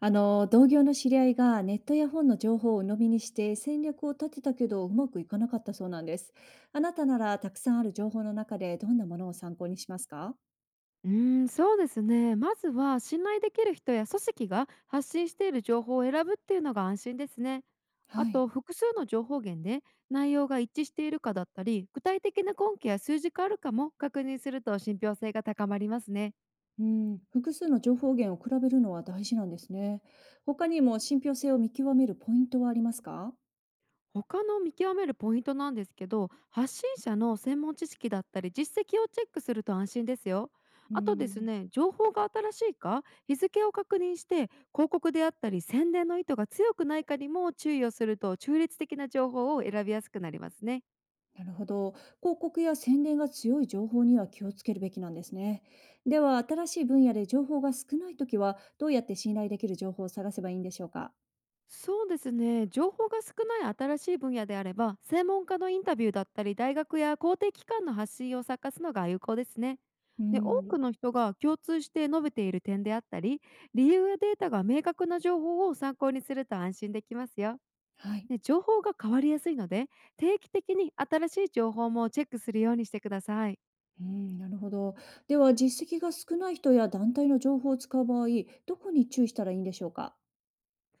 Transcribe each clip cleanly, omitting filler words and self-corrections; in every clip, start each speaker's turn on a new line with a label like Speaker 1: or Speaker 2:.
Speaker 1: 同業の知り合いがネットや本の情報を鵜呑みにして戦略を立てたけどうまくいかなかったそうなんです。あなたならたくさんある情報の中でどんなものを参考にしますか？
Speaker 2: うーん、そうですね。まずは信頼できる人や組織が発信している情報を選ぶっていうのが安心ですね。あ
Speaker 1: はい。
Speaker 2: と複数の情報源で内容が一致しているかだったり、具体的な根拠や数字があるかも確認すると信憑性が高まりますね。
Speaker 1: うん、複数の情報源を比べるのは大事なんですね。他にも信憑性を見極めるポイントはありますか？
Speaker 2: 他の見極めるポイントなんですけど、発信者の専門知識だったり実績をチェックすると安心ですよ。
Speaker 1: う
Speaker 2: あとです
Speaker 1: ん、
Speaker 2: ね、情報が新しいか日付を確認して、広告であったり宣伝の意図が強くないかにも注意をすると中立的な情報を選びやすくなりますね。
Speaker 1: なるほど。広告や宣伝が強い情報には気をつけるべきなんですね。では、新しい分野で情報が少ないときは、どうやって信頼できる情報を探せばいいんでしょうか？
Speaker 2: そうですね、情報が少ない新しい分野であれば専門家のインタビューだったり、大学や公的機関の発信を探すのが有効ですね。
Speaker 1: う
Speaker 2: で、多
Speaker 1: ん。
Speaker 2: くの人が共通して述べている点であったり、理由やデータが明確な情報を参考にすると安心できますよ。
Speaker 1: はい。
Speaker 2: で、情報が変わりやすいので、定期的に新しい情報もチェックするようにしてください。
Speaker 1: うん、なるほど。では、実績が少ない人や団体の情報を使う場合、どこに注意したらいいんでしょうか。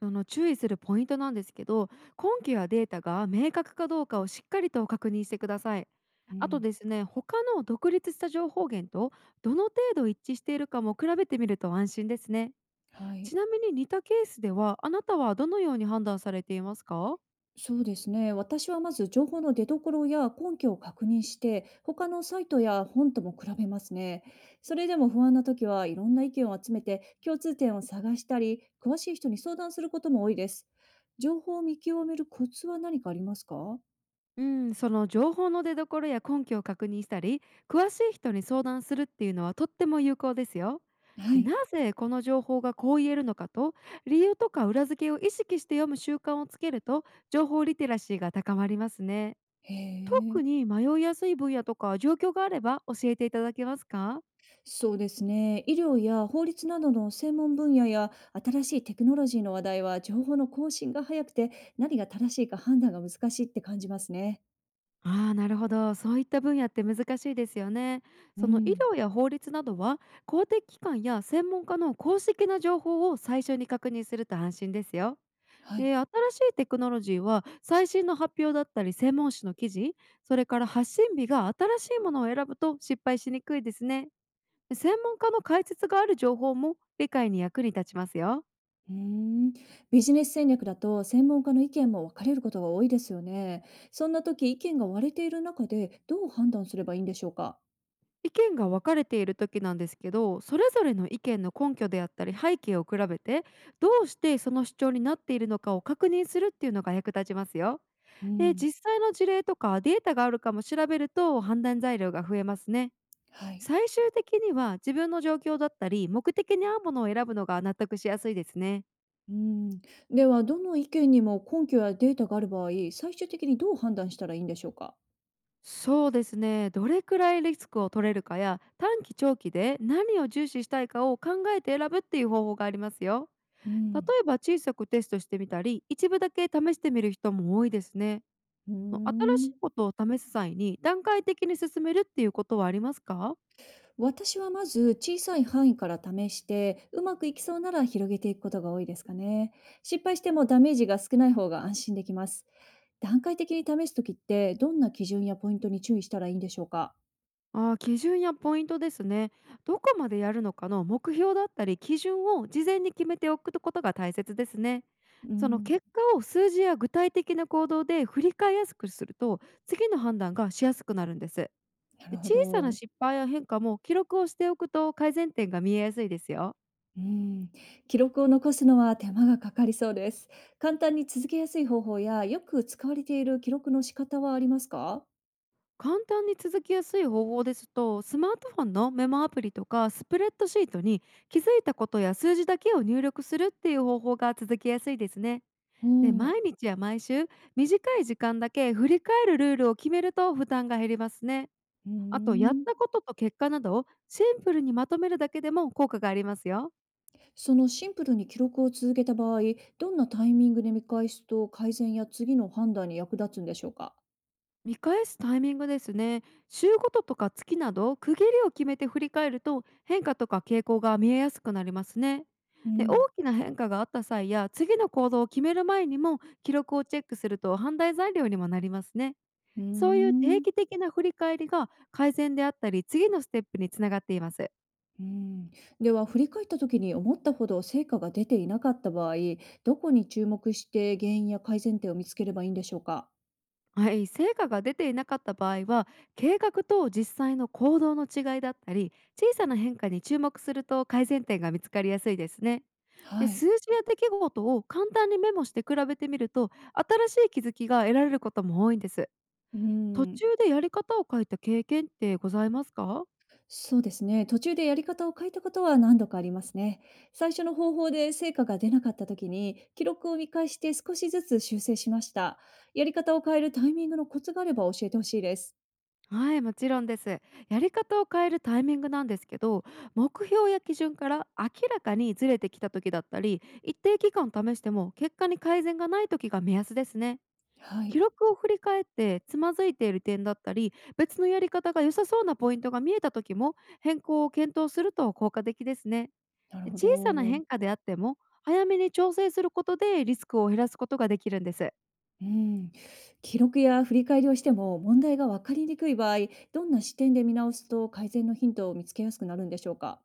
Speaker 2: その注意するポイントなんですけど、根拠やデータが明確かどうかをしっかりと確認してください。
Speaker 1: う
Speaker 2: あと
Speaker 1: ん、
Speaker 2: ですね、他の独立した情報源とどの程度一致しているかも比べてみると安心ですね。
Speaker 1: はい。
Speaker 2: ちなみに似たケースでは、あなたはどのように判断されていますか？
Speaker 1: そうですね。私はまず情報の出所や根拠を確認して、他のサイトや本とも比べますね。それでも不安な時はいろんな意見を集めて、共通点を探したり、詳しい人に相談することも多いです。情報を見極めるコツは何かありますか？
Speaker 2: うん、その情報の出所や根拠を確認したり、詳しい人に相談するっていうのはとっても有効ですよ。
Speaker 1: はい。
Speaker 2: なぜこの情報がこう言えるのかと、理由とか裏付けを意識して読む習慣をつけると情報リテラシーが高まりますね。
Speaker 1: へえ。
Speaker 2: 特に迷いやすい分野とか状況があれば教えていただけますか？
Speaker 1: そうですね。医療や法律などの専門分野や新しいテクノロジーの話題は情報の更新が早くて、何が正しいか判断が難しいって感じますね。
Speaker 2: ああ、なるほど。そういった分野って難しいですよね。
Speaker 1: う
Speaker 2: その医
Speaker 1: ん。
Speaker 2: 療や法律などは、公的機関や専門家の公式な情報を最初に確認すると安心ですよ。
Speaker 1: はい。
Speaker 2: で、新しいテクノロジーは最新の発表だったり専門誌の記事、それから発信日が新しいものを選ぶと失敗しにくいですね。専門家の解説がある情報も理解に役に立ちますよ。
Speaker 1: うーん。ビジネス戦略だと専門家の意見も分かれることが多いですよね。そんな時、意見が割れている中でどう判断すればいいんでしょうか？
Speaker 2: 意見が分かれている時なんですけど、それぞれの意見の根拠であったり背景を比べて、どうしてその主張になっているのかを確認するっていうのが役立ちますよ。
Speaker 1: う
Speaker 2: で、
Speaker 1: ん。
Speaker 2: 実際の事例とかデータがあるかも調べると判断材料が増えますね。
Speaker 1: はい。
Speaker 2: 最終的には自分の状況だったり目的に合うものを選ぶのが納得しやすいですね。
Speaker 1: うん。では、どの意見にも根拠やデータがある場合、最終的にどう判断したらいいんでしょうか？
Speaker 2: そうですね、どれくらいリスクを取れるかや、短期長期で何を重視したいかを考えて選ぶっていう方法がありますよ。
Speaker 1: う
Speaker 2: 例
Speaker 1: ん。
Speaker 2: えば小さくテストしてみたり、一部だけ試してみる人も多いですね。
Speaker 1: うー
Speaker 2: 新しい
Speaker 1: ん。
Speaker 2: ことを試す際に段階的に進めるっていうことはありますか？
Speaker 1: 私はまず小さい範囲から試して、うまくいきそうなら広げていくことが多いですかね。失敗してもダメージが少ない方が安心できます。段階的に試すときって、どんな基準やポイントに注意したらいいんでしょうか？
Speaker 2: ああ、基準やポイントですね。どこまでやるのかの目標だったり基準を事前に決めておくことが大切ですね。
Speaker 1: う
Speaker 2: その
Speaker 1: ん、
Speaker 2: 結果を数字や具体的な行動で振り返りやすくすると、次の判断がしやすくなるんです。
Speaker 1: なる
Speaker 2: で、
Speaker 1: ほ
Speaker 2: 小さな
Speaker 1: ど。
Speaker 2: 失敗や変化も記録をしておくと改善点が見えやすいですよ。
Speaker 1: うん、記録を残すのは手間がかかりそうです。簡単に続けやすい方法や、よく使われている記録の仕方はありますか？
Speaker 2: 簡単に続きやすい方法ですと、スマートフォンのメモアプリとかスプレッドシートに気づいたことや数字だけを入力するっていう方法が続きやすいですね。
Speaker 1: おお、
Speaker 2: で、
Speaker 1: ー
Speaker 2: 毎日や毎週、短い時間だけ振り返るルールを決めると負担が減りますね。
Speaker 1: うー
Speaker 2: あと、やっ
Speaker 1: ん。
Speaker 2: たことと結果などをシンプルにまとめるだけでも効果がありますよ。
Speaker 1: そのシンプルに記録を続けた場合、どんなタイミングで見返すと改善や次の判断に役立つんでしょうか？
Speaker 2: 見返すタイミングですね。週ごととか月など区切りを決めて振り返ると、変化とか傾向が見えやすくなりますね。
Speaker 1: う
Speaker 2: で、大
Speaker 1: ん、
Speaker 2: きな変化があった際や次の行動を決める前にも記録をチェックすると判断材料にもなりますね。
Speaker 1: うー
Speaker 2: そういう定
Speaker 1: ん。
Speaker 2: 期的な振り返りが改善であったり次のステップにつながっています。
Speaker 1: うん、では振り返った時に思ったほど成果が出ていなかった場合、どこに注目して原因や改善点を見つければいいんでしょうか？
Speaker 2: はい、成果が出ていなかった場合は、計画と実際の行動の違いだったり小さな変化に注目すると改善点が見つかりやすいですね。で、
Speaker 1: はい。
Speaker 2: 数字や出来事を簡単にメモして比べてみると新しい気づきが得られることも多いんです。
Speaker 1: う
Speaker 2: 途
Speaker 1: ん、
Speaker 2: 中でやり方を変えた経験ってございますか？
Speaker 1: そうですね。途中でやり方を変えたことは何度かありますね。最初の方法で成果が出なかった時に、記録を見返して少しずつ修正しました。やり方を変えるタイミングのコツがあれば教えてほしいです。
Speaker 2: はい、もちろんです。やり方を変えるタイミングなんですけど、目標や基準から明らかにずれてきた時だったり、一定期間試しても結果に改善がない時が目安ですね。
Speaker 1: は
Speaker 2: 記
Speaker 1: い。
Speaker 2: 録を振り返ってつまずいている点だったり、別のやり方が良さそうなポイントが見えた時も変更を検討すると効果的ですね。
Speaker 1: なるほ
Speaker 2: 小さな
Speaker 1: ど。
Speaker 2: 変化であっても、早めに調整することでリスクを減らすことができるんです。
Speaker 1: うん。記録や振り返りをしても問題が分かりにくい場合、どんな視点で見直すと改善のヒントを見つけやすくなるんでしょうか。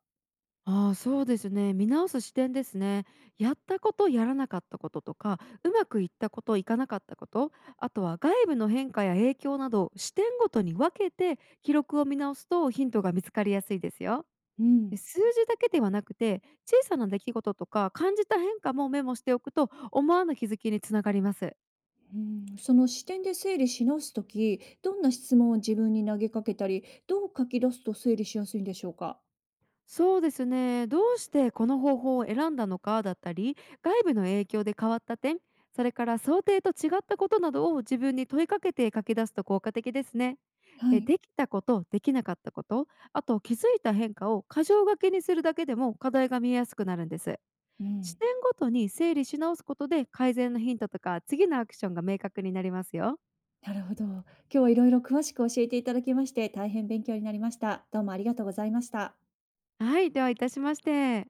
Speaker 2: ああ、そうですね。見直す視点ですね。やったこと、やらなかったこととか、うまくいったこと、いかなかったこと、あとは外部の変化や影響など、視点ごとに分けて記録を見直すとヒントが見つかりやすいですよ。
Speaker 1: う
Speaker 2: で、
Speaker 1: ん。
Speaker 2: 数字だけではなくて、小さな出来事とか感じた変化もメモしておくと、思わぬ気づきにつながります。
Speaker 1: うん、その視点で整理し直すとき、どんな質問を自分に投げかけたり、どう書き出すと整理しやすいんでしょうか。
Speaker 2: そうですね、どうしてこの方法を選んだのかだったり、外部の影響で変わった点、それから想定と違ったことなどを自分に問いかけて書き出すと効果的ですね。
Speaker 1: は
Speaker 2: で、
Speaker 1: い。
Speaker 2: できたこと、できなかったこと、あと気づいた変化を箇条書きにするだけでも課題が見えやすくなるんです。
Speaker 1: うん。
Speaker 2: 視点ごとに整理し直すことで改善のヒントとか次のアクションが明確になりますよ。
Speaker 1: なるほど。今日はいろいろ詳しく教えていただきまして、大変勉強になりました。どうもありがとうございました。
Speaker 2: はい、ではいたしまして。